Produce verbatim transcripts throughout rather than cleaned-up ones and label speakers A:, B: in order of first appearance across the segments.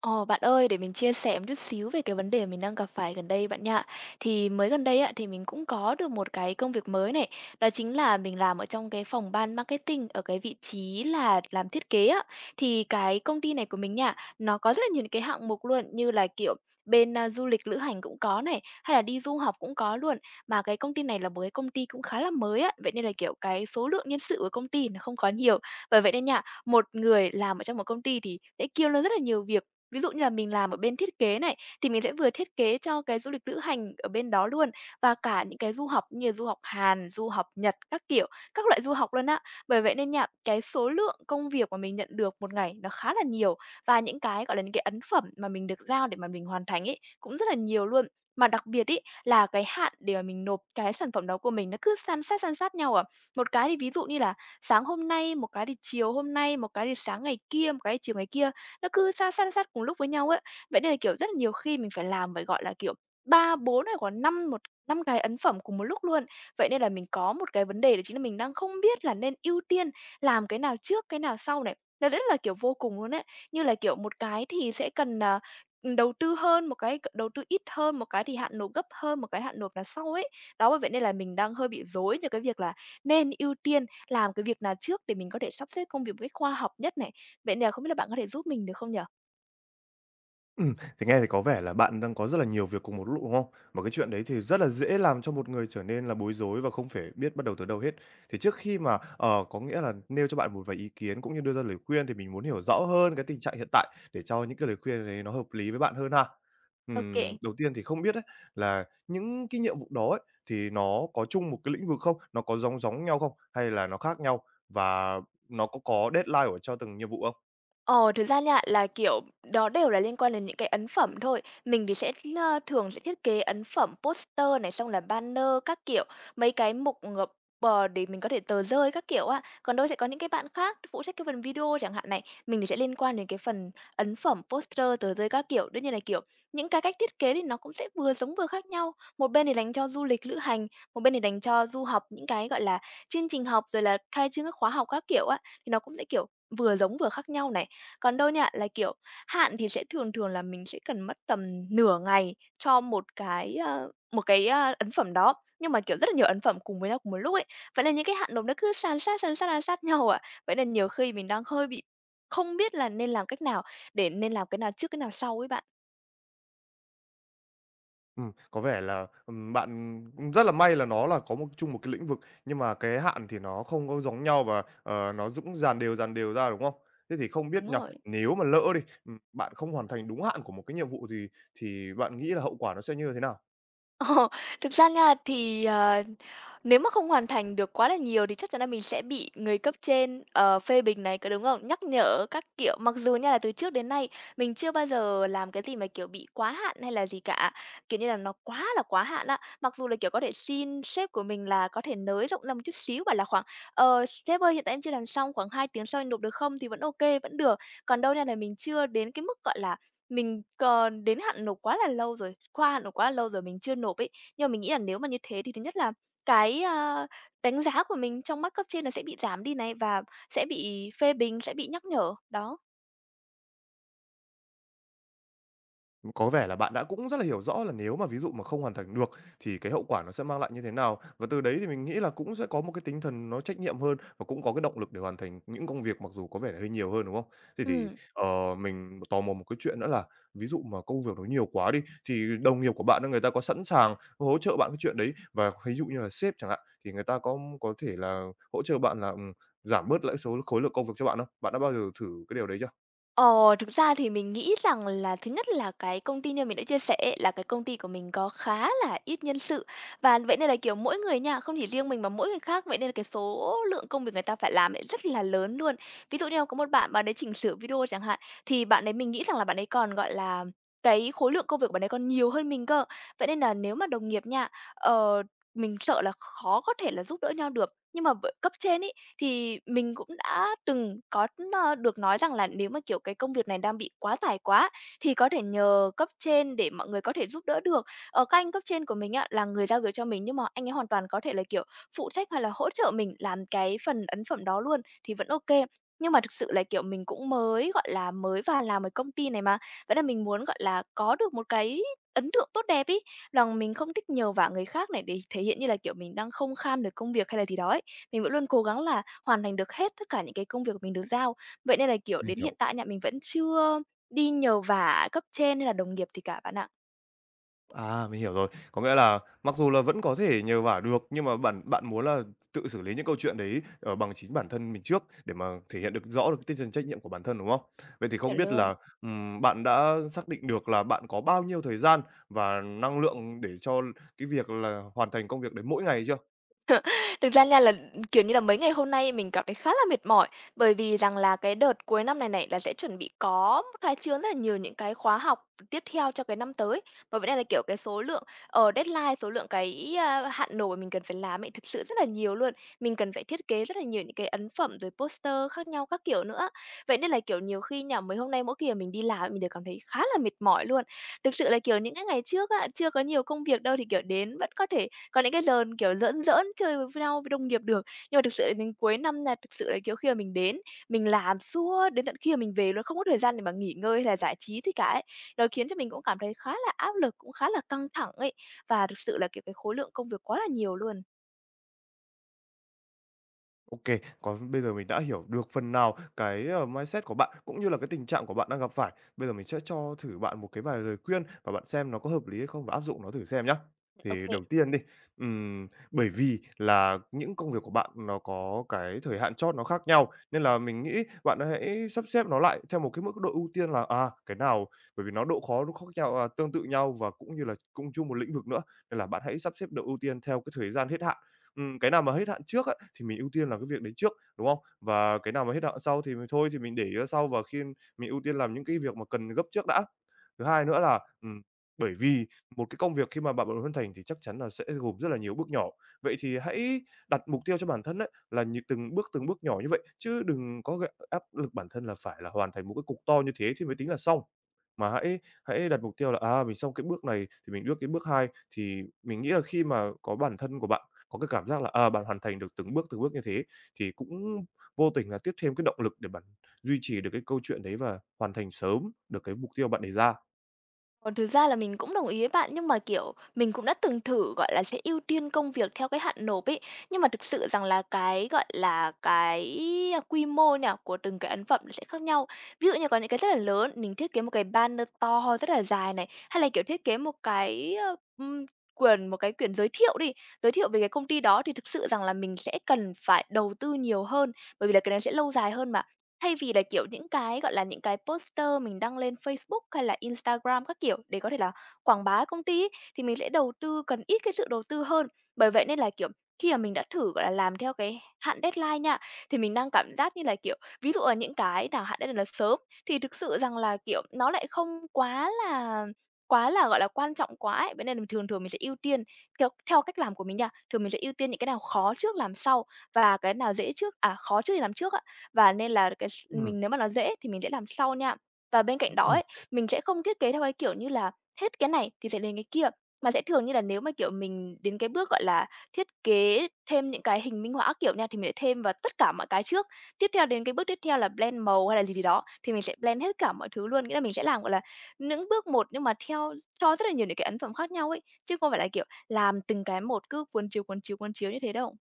A: Ồ, bạn ơi, để mình chia sẻ một chút xíu về cái vấn đề mình đang gặp phải gần đây bạn nhạ. Thì mới gần đây ạ thì mình cũng có được một cái công việc mới này. Đó chính là mình làm ở trong cái phòng ban marketing ở cái vị trí là làm thiết kế ạ. Thì cái công ty này của mình nhạ nó có rất là nhiều những cái hạng mục luôn như là kiểu bên à, du lịch lữ hành cũng có này, hay là đi du học cũng có luôn. Mà cái công ty này là một cái công ty cũng khá là mới á, vậy nên là kiểu cái số lượng nhân sự của công ty nó không có nhiều, bởi vậy nên nhạ một người làm ở trong một công ty thì sẽ kiêm luôn rất là nhiều việc. Ví dụ như là mình làm ở bên thiết kế này, thì mình sẽ vừa thiết kế cho cái du lịch lữ hành ở bên đó luôn, và cả những cái du học như là du học Hàn, du học Nhật các kiểu, các loại du học luôn á. Bởi vậy nên nha, cái số lượng công việc mà mình nhận được một ngày nó khá là nhiều, và những cái, gọi là, những cái ấn phẩm mà mình được giao để mà mình hoàn thành ấy, cũng rất là nhiều luôn. Mà đặc biệt ý là cái hạn để mà mình nộp cái sản phẩm đó của mình nó cứ san sát, san sát nhau à. Một cái thì ví dụ như là sáng hôm nay, một cái thì chiều hôm nay, một cái thì sáng ngày kia, một cái thì chiều ngày kia, nó cứ san san sát cùng lúc với nhau ấy. Vậy nên là, kiểu, rất là nhiều khi mình phải làm phải, gọi là, kiểu, ba bốn hay còn năm, một năm cái ấn phẩm cùng một lúc luôn. Vậy nên là mình có một cái vấn đề, đó chính là mình đang không biết là nên ưu tiên làm cái nào trước, cái nào sau này. Nó rất là, kiểu, vô cùng luôn ấy. Như là, kiểu, một cái thì sẽ cần, à, ừ, đầu tư hơn, một cái đầu tư ít hơn, một cái thì hạn nộp gấp hơn, một cái hạn nộp là sau ấy. Đó, bởi vậy nên là mình đang hơi bị rối cho cái việc là nên ưu tiên làm cái việc nào trước để mình có thể sắp xếp công việc một cách khoa học nhất này. Vậy nè, không biết là bạn có thể giúp mình được không nhỉ?
B: Ừm, thì nghe thì có vẻ là bạn đang có rất là nhiều việc cùng một lúc, đúng không? Mà cái chuyện đấy thì rất là dễ làm cho một người trở nên là bối rối và không phải biết bắt đầu từ đâu hết. Thì trước khi mà,
A: Ừm.
B: ờ, có nghĩa là nêu cho bạn một vài ý kiến cũng như đưa ra lời khuyên thì mình muốn hiểu rõ hơn cái tình trạng hiện tại để cho những cái lời khuyên đấy nó hợp lý với bạn hơn ha. Ừm,
A: OK.
B: đầu tiên thì không biết ấy, là những cái nhiệm vụ đó ấy, thì nó có chung một cái lĩnh vực không? Nó có giống giống nhau không? Hay là nó khác nhau? Và nó có có deadline ở cho từng nhiệm vụ không?
A: Ờ, Thực ra nha là, kiểu, đó đều là liên quan đến những cái ấn phẩm thôi. Mình thì sẽ, ơ, thường sẽ thiết kế ấn phẩm poster này, xong là banner các kiểu, mấy cái mục ngập ờ, để mình có thể tờ rơi các kiểu á. Còn đâu sẽ có những cái bạn khác phụ trách cái phần video chẳng hạn này, mình thì sẽ liên quan đến cái phần ấn phẩm, poster, tờ rơi các kiểu. Đương nhiên là, kiểu, những cái cách thiết kế thì nó cũng sẽ vừa giống vừa khác nhau. Một bên thì dành cho du lịch lữ hành, một bên thì dành cho du học, những cái, gọi là, chương trình học, rồi là khai trương các khóa học các kiểu á, thì nó cũng sẽ, kiểu, vừa giống vừa khác nhau này. Còn đâu nha, là, kiểu, hạn thì sẽ thường thường là mình sẽ cần mất tầm nửa ngày cho một cái, ơ, một cái, a, ấn phẩm đó, nhưng mà, kiểu, rất là nhiều ấn phẩm cùng với nhau cùng một lúc ấy. Vậy là những cái hạn nộp nó cứ sàn sát, sàn sát, sàn sát nhau ạ. Vậy nên nhiều khi mình đang hơi bị không biết là nên làm cách nào, để nên làm cái nào trước cái nào sau ấy bạn.
B: Ừm, có vẻ là, ừm, bạn, ừm, rất là may là nó là có một chung một cái lĩnh vực, nhưng mà cái hạn thì nó không có giống nhau và, ờ, nó dũng dàn đều, dàn đều ra, đúng không? Thế thì không biết
A: Đúng
B: nhỉ,
A: rồi.
B: nếu mà lỡ đi, ừm, bạn không hoàn thành đúng hạn của một cái nhiệm vụ thì thì bạn nghĩ là hậu quả nó sẽ như thế nào?
A: Ồ, thực ra nha thì, ờ, nếu mà không hoàn thành được quá là nhiều thì chắc chắn là mình sẽ bị người cấp trên, ờ, phê bình này, có đúng không? Nhắc nhở các kiểu. Mặc dù nha là từ trước đến nay mình chưa bao giờ làm cái gì mà, kiểu, bị quá hạn hay là gì cả, kiểu như là, nó quá là quá hạn á. Mặc dù là, kiểu, có thể xin sếp của mình là có thể nới rộng ra một chút xíu, bảo là khoảng "Ờ, sếp ơi, hiện tại em chưa làm xong, khoảng hai tiếng sau anh nộp được không?" thì vẫn ok vẫn được. Còn đâu nha là mình chưa đến cái mức, gọi là, mình còn đến hạn nộp quá là lâu rồi, qua hạn nộp quá là lâu rồi mình chưa nộp ấy. Nhưng mà mình nghĩ là nếu mà như thế thì thứ nhất là cái, a, đánh giá của mình trong mắt cấp trên là sẽ bị giảm đi này, và sẽ bị phê bình, sẽ bị nhắc nhở, đó.
B: Có vẻ là bạn đã cũng rất là hiểu rõ là nếu mà ví dụ mà không hoàn thành được thì cái hậu quả nó sẽ mang lại như thế nào. Và từ đấy thì mình nghĩ là cũng sẽ có một cái tinh thần nó trách nhiệm hơn và cũng có cái động lực để hoàn thành những công việc mặc dù có vẻ là hơi nhiều hơn, đúng không? Thế thì,
A: Ừm.
B: ờ, mình tò mò một cái chuyện nữa là ví dụ mà công việc nó nhiều quá đi, thì đồng nghiệp của bạn á, người ta có sẵn sàng hỗ trợ bạn cái chuyện đấy? Và ví dụ như là sếp chẳng hạn, thì người ta có có thể là hỗ trợ bạn là, ừm, giảm bớt lại số khối lượng công việc cho bạn không? Bạn đã bao giờ thử cái điều đấy chưa?
A: Ờ, Thực ra thì mình nghĩ rằng là thứ nhất là cái công ty như mình đã chia sẻ ấy, là cái công ty của mình có khá là ít nhân sự. Và vậy nên là, kiểu, mỗi người nha, không chỉ riêng mình mà mỗi người khác, vậy nên là cái số lượng công việc người ta phải làm ấy rất là lớn luôn. Ví dụ như là có một bạn, bạn ấy chỉnh sửa video chẳng hạn, thì bạn ấy mình nghĩ rằng là bạn ấy còn, gọi là, cái khối lượng công việc của bạn ấy còn nhiều hơn mình cơ. Vậy nên là nếu mà đồng nghiệp nha, ờ, mình sợ là khó có thể là giúp đỡ nhau được. Nhưng mà bởi cấp trên ấy, thì mình cũng đã từng có, ơ, được nói rằng là nếu mà, kiểu, cái công việc này đang bị quá tải quá thì có thể nhờ cấp trên để mọi người có thể giúp đỡ được. Ở các anh cấp trên của mình á, là người giao việc cho mình, nhưng mà anh ấy hoàn toàn có thể là, kiểu, phụ trách hay là hỗ trợ mình làm cái phần ấn phẩm đó luôn thì vẫn ok. Nhưng mà thực sự là, kiểu, mình cũng mới, gọi là, mới vào làm ở công ty này mà, vậy là mình muốn, gọi là, có được một cái ấn tượng tốt đẹp ý. Rằng mình không thích nhờ vả người khác này để thể hiện như là, kiểu, mình đang không khan được công việc hay là gì đó ấy. Mình vẫn luôn cố gắng là hoàn thành được hết tất cả những cái công việc mình được giao. Vậy nên là, kiểu,
B: Mình
A: đến hiện
B: hiểu.
A: tại nhà mình vẫn chưa đi nhờ vả cấp trên hay là đồng nghiệp thì cả bạn ạ.
B: À, mình hiểu rồi. Có nghĩa là mặc dù là vẫn có thể nhờ vả được, nhưng mà bản bạn muốn là tự xử lý những câu chuyện đấy, ờ, bằng chính bản thân mình trước để mà thể hiện được rõ được cái tinh thần trách nhiệm của bản thân, đúng không? Vậy thì không
A: Chuẩn
B: biết
A: luôn.
B: là, ừm, bạn đã xác định được là bạn có bao nhiêu thời gian và năng lượng để cho cái việc là hoàn thành công việc đấy mỗi ngày chưa?
A: Thực ra nha là, kiểu như là, mấy ngày hôm nay mình cảm thấy khá là mệt mỏi, bởi vì rằng là cái đợt cuối năm này này là sẽ chuẩn bị có một khai trương rất là nhiều những cái khóa học tiếp theo cho cái năm tới. Mà vấn đề là, kiểu, cái số lượng, ở deadline, số lượng cái, a, hạn nộp mà mình cần phải làm ấy thực sự rất là nhiều luôn. Mình cần phải thiết kế rất là nhiều những cái ấn phẩm rồi poster khác nhau các kiểu nữa. Vậy nên là, kiểu, nhiều khi nha, mấy hôm nay mỗi khi mà mình đi làm ấy, mình đều cảm thấy khá là mệt mỏi luôn. Thực sự là, kiểu, những cái ngày trước á, chưa có nhiều công việc đâu thì, kiểu, đến vẫn có thể còn những cái lần, kiểu, giỡn giỡn, chơi với nhau, với đồng nghiệp được. Nhưng mà thực sự là đến cuối năm là thực sự là, kiểu, khi mà mình đến, mình làm suốt đến tận khi mà mình về luôn, không có thời gian để mà nghỉ ngơi hay là giải trí thì cả ấy. Nó khiến cho mình cũng cảm thấy khá là áp lực, cũng khá là căng thẳng ấy, và thực sự là, kiểu, cái khối lượng công việc quá là nhiều luôn.
B: OK. Kê, còn bây giờ mình đã hiểu được phần nào cái, ờ, mindset của bạn, cũng như là cái tình trạng của bạn đang gặp phải. Bây giờ mình sẽ cho thử bạn một cái vài lời khuyên và bạn xem nó có hợp lý hay không và áp dụng nó thử xem nhá. Thì
A: OK.
B: đầu tiên đi, ừm, bởi vì là những công việc của bạn nó có cái thời hạn chót nó khác nhau, nên là mình nghĩ bạn hãy sắp xếp nó lại theo một cái mức độ ưu tiên là, à, cái nào bởi vì nó độ khó nó khác nhau à, tương tự nhau và cũng như là cũng chung một lĩnh vực nữa, nên là bạn hãy sắp xếp độ ưu tiên theo cái thời gian hết hạn. Ừm, cái nào mà hết hạn trước á, thì mình ưu tiên làm cái việc đấy trước, đúng không? Và cái nào mà hết hạn sau thì mình thôi thì mình để ra sau và khi mình ưu tiên làm những cái việc mà cần gấp trước đã. Thứ hai nữa là, ừm, bởi vì một cái công việc khi mà bạn muốn hoàn thành thì chắc chắn là sẽ gồm rất là nhiều bước nhỏ. Vậy thì hãy đặt mục tiêu cho bản thân ấy, là như từng bước, từng bước nhỏ như vậy, chứ đừng có gạ áp lực bản thân là phải là hoàn thành một cái cục to như thế thì mới tính là xong. Mà hãy hãy đặt mục tiêu là, à, mình xong cái bước này thì mình bước cái bước hai thì mình nghĩ là khi mà có bản thân của bạn có cái cảm giác là, à, bạn hoàn thành được từng bước, từng bước như thế thì cũng vô tình là tiếp thêm cái động lực để bạn duy trì được cái câu chuyện đấy và hoàn thành sớm được cái mục tiêu bạn đề ra.
A: Còn thực ra là mình cũng đồng ý với bạn, nhưng mà, kiểu, mình cũng đã từng thử, gọi là, sẽ ưu tiên công việc theo cái hạn nộp ấy. Nhưng mà thực sự rằng là cái, gọi là, cái à, quy mô nhỉ, của từng cái ấn phẩm nó sẽ khác nhau. Ví dụ như có những cái rất là lớn, mình thiết kế một cái banner to rất là dài này, hay là, kiểu, thiết kế một cái, ơ, ừm, quyển một cái quyển giới thiệu đi, giới thiệu về cái công ty đó thì thực sự rằng là mình sẽ cần phải đầu tư nhiều hơn, bởi vì là cái đấy sẽ lâu dài hơn mà. Thay vì là, kiểu, những cái, gọi là, những cái poster mình đăng lên Facebook hay là Instagram các kiểu để có thể là quảng bá công ty ấy, thì mình sẽ đầu tư cần ít cái sự đầu tư hơn. Bởi vậy nên là, kiểu, khi mà mình đã thử, gọi là, làm theo cái hạn deadline nha, thì mình đang cảm giác như là, kiểu, ví dụ là những cái nào hạn deadline là sớm thì thực sự rằng là, kiểu, nó lại không quá là quá là, gọi là, quan trọng quá ấy. Vậy nên là thường thường mình sẽ ưu tiên theo theo cách làm của mình nha, thường mình sẽ ưu tiên những cái nào khó trước làm sau và cái nào dễ trước à, khó trước thì làm trước ạ và nên là cái s mình nếu mà nó dễ thì mình sẽ làm sau nha. Và bên cạnh đó
B: Ừm.
A: ấy, mình sẽ không thiết kế theo cái kiểu như là hết cái này thì sẽ đến cái kia, mà sẽ thường như là nếu mà, kiểu, mình đến cái bước, gọi là, thiết kế thêm những cái hình minh họa kiểu nha, thì mình sẽ thêm vào tất cả mọi cái trước. Tiếp theo đến cái bước tiếp theo là blend màu hay là gì gì đó, thì mình sẽ blend hết cả mọi thứ luôn. Nghĩa là mình sẽ làm, gọi là, những bước một nhưng mà theo cho rất là nhiều những cái ấn phẩm khác nhau ấy, chứ không phải là, kiểu, làm từng cái một cứ cuốn chiếu, cuốn chiếu, cuốn chiếu như thế đâu.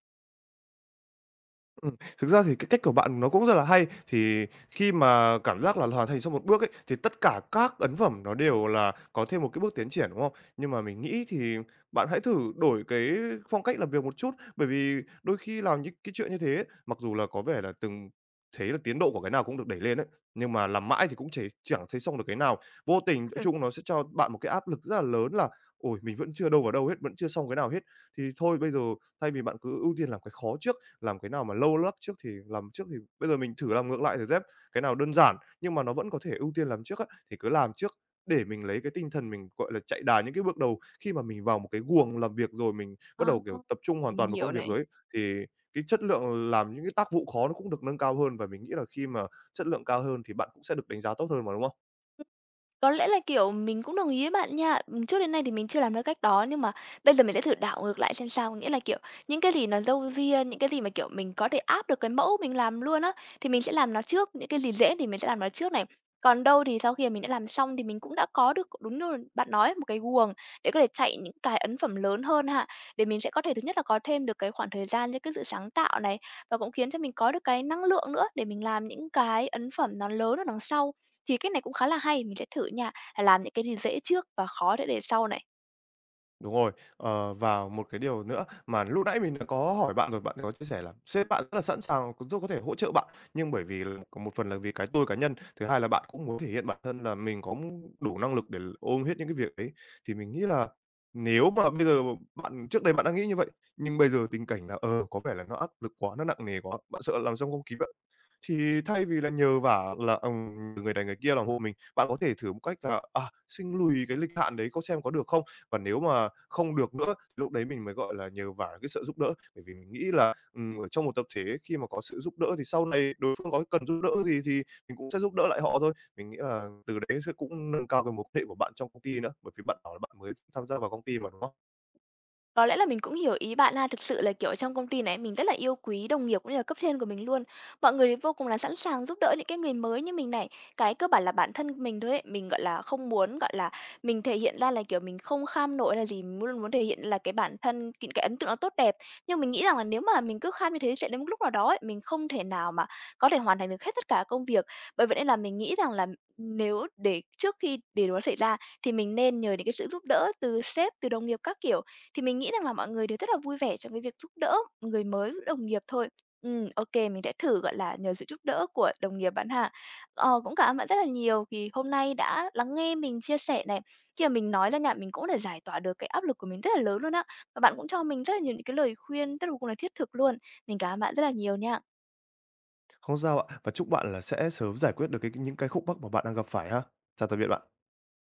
B: Ừm, thực ra thì cái cách của bạn nó cũng rất là hay. Thì khi mà cảm giác là hoàn thành xong một bước ấy, thì tất cả các ấn phẩm nó đều là có thêm một cái bước tiến triển, đúng không? Nhưng mà mình nghĩ thì bạn hãy thử đổi cái phong cách làm việc một chút, bởi vì đôi khi làm những cái chuyện như thế ấy, mặc dù là có vẻ là từng thấy là tiến độ của cái nào cũng được đẩy lên ấy, nhưng mà làm mãi thì cũng chỉ chẳng thấy xong được cái nào. Vô tình nói chung nó sẽ cho bạn một cái áp lực rất là lớn là "Ôi, mình vẫn chưa đâu vào đâu hết, vẫn chưa xong cái nào hết." Thì thôi bây giờ thay vì bạn cứ ưu tiên làm cái khó trước làm cái nào mà lâu lắc trước thì làm trước thì bây giờ mình thử làm ngược lại thử dép cái nào đơn giản nhưng mà nó vẫn có thể ưu tiên làm trước á, thì cứ làm trước để mình lấy cái tinh thần mình, gọi là, chạy đà những cái bước đầu. Khi mà mình vào một cái guồng làm việc rồi mình bắt
A: Ờ,
B: đầu, kiểu, tập trung hoàn
A: mình
B: toàn vào công
A: hiểu
B: việc
A: này.
B: rồi ấy, thì cái chất lượng làm những cái tác vụ khó nó cũng được nâng cao hơn và mình nghĩ là khi mà chất lượng cao hơn thì bạn cũng sẽ được đánh giá tốt hơn mà, đúng không?
A: Có lẽ là, kiểu, mình cũng đồng ý với bạn nha. Ừm, trước đến nay thì mình chưa làm theo cách đó, nhưng mà bây giờ mình sẽ thử đảo ngược lại xem sao. Nghĩa là, kiểu, những cái gì nó râu ria, những cái gì mà, kiểu, mình có thể áp được cái mẫu mình làm luôn á, thì mình sẽ làm nó trước, những cái gì dễ thì mình sẽ làm nó trước này. Còn đâu thì sau khi mà mình đã làm xong thì mình cũng đã có được đúng như bạn nói, một cái guồng để có thể chạy những cái ấn phẩm lớn hơn ha. Để mình sẽ có thể thứ nhất là có thêm được cái khoảng thời gian cho cái sự sáng tạo này, và cũng khiến cho mình có được cái năng lượng nữa để mình làm những cái ấn phẩm nó lớn ở đằng sau. Thì cách này cũng khá là hay, mình sẽ thử nha, là làm những cái gì dễ trước và khó để để sau này.
B: Đúng rồi. Ờ, và một cái điều nữa mà lúc nãy mình đã có hỏi bạn rồi, bạn có chia sẻ là sếp bạn rất là sẵn sàng cũng rất có thể hỗ trợ bạn, nhưng bởi vì là một phần là vì cái tôi cá nhân, thứ hai là bạn cũng muốn thể hiện bản thân là mình có đủ năng lực để ôm hết những cái việc ấy, thì mình nghĩ là nếu mà bây giờ bạn trước đây bạn đã nghĩ như vậy, nhưng bây giờ tình cảnh là, ờ, có vẻ là nó áp lực quá, nó nặng nề quá, bạn sợ làm xong không kịp á, thì thay vì là nhờ vả là, ừm, người này người kia làm hộ mình, bạn có thể thử một cách là, à, xin lùi cái lịch hạn đấy có xem có được không? Còn nếu mà không được nữa, lúc đấy mình mới, gọi là, nhờ vả cái sự giúp đỡ, bởi vì mình nghĩ là, ừm, ở trong một tập thể khi mà có sự giúp đỡ thì sau này đối phương có cần giúp đỡ gì thì mình cũng sẽ giúp đỡ lại họ thôi. Mình nghĩ là từ đấy sẽ cũng nâng cao cái mối quan hệ của bạn trong công ty nữa, bởi vì bạn bảo là bạn mới tham gia vào công ty mà, đúng không?
A: Có lẽ là mình cũng hiểu ý bạn ha. Thực sự là, kiểu, trong công ty này mình rất là yêu quý đồng nghiệp cũng như là cấp trên của mình luôn. Mọi người vô cùng là sẵn sàng giúp đỡ những cái người mới như mình này. Cái cơ bản là bản thân mình thôi ấy, mình, gọi là, không muốn, gọi là, mình thể hiện ra là, kiểu, mình không kham nổi là gì, mình muốn muốn thể hiện là cái bản thân những cái ấn tượng nó tốt đẹp. Nhưng mình nghĩ rằng là nếu mà mình cứ kham như thế sẽ đến một lúc nào đó ấy, mình không thể nào mà có thể hoàn thành được hết tất cả công việc. Bởi vậy nên là mình nghĩ rằng là nếu để trước khi để nó xảy ra thì mình nên nhờ những cái sự giúp đỡ từ sếp, từ đồng nghiệp các kiểu. Thì mình nghĩ rằng là mọi người đều rất là vui vẻ trong cái việc giúp đỡ người mới, giúp đồng nghiệp thôi. Ừ, ok, mình sẽ thử, gọi là, nhờ sự giúp đỡ của đồng nghiệp bạn Hạ. Ờ, cũng cảm ơn bạn rất là nhiều vì hôm nay đã lắng nghe mình chia sẻ này. Khi mà mình nói ra nhà mình cũng đã giải tỏa được cái áp lực của mình rất là lớn luôn á, và bạn cũng cho mình rất là nhiều những cái lời khuyên rất là cùng là thiết thực luôn. Mình cảm ơn bạn rất là nhiều nha.
B: Không sao ạ, và chúc bạn là sẽ sớm giải quyết được cái những cái khúc mắc mà bạn đang gặp phải ha. Chào tạm biệt bạn.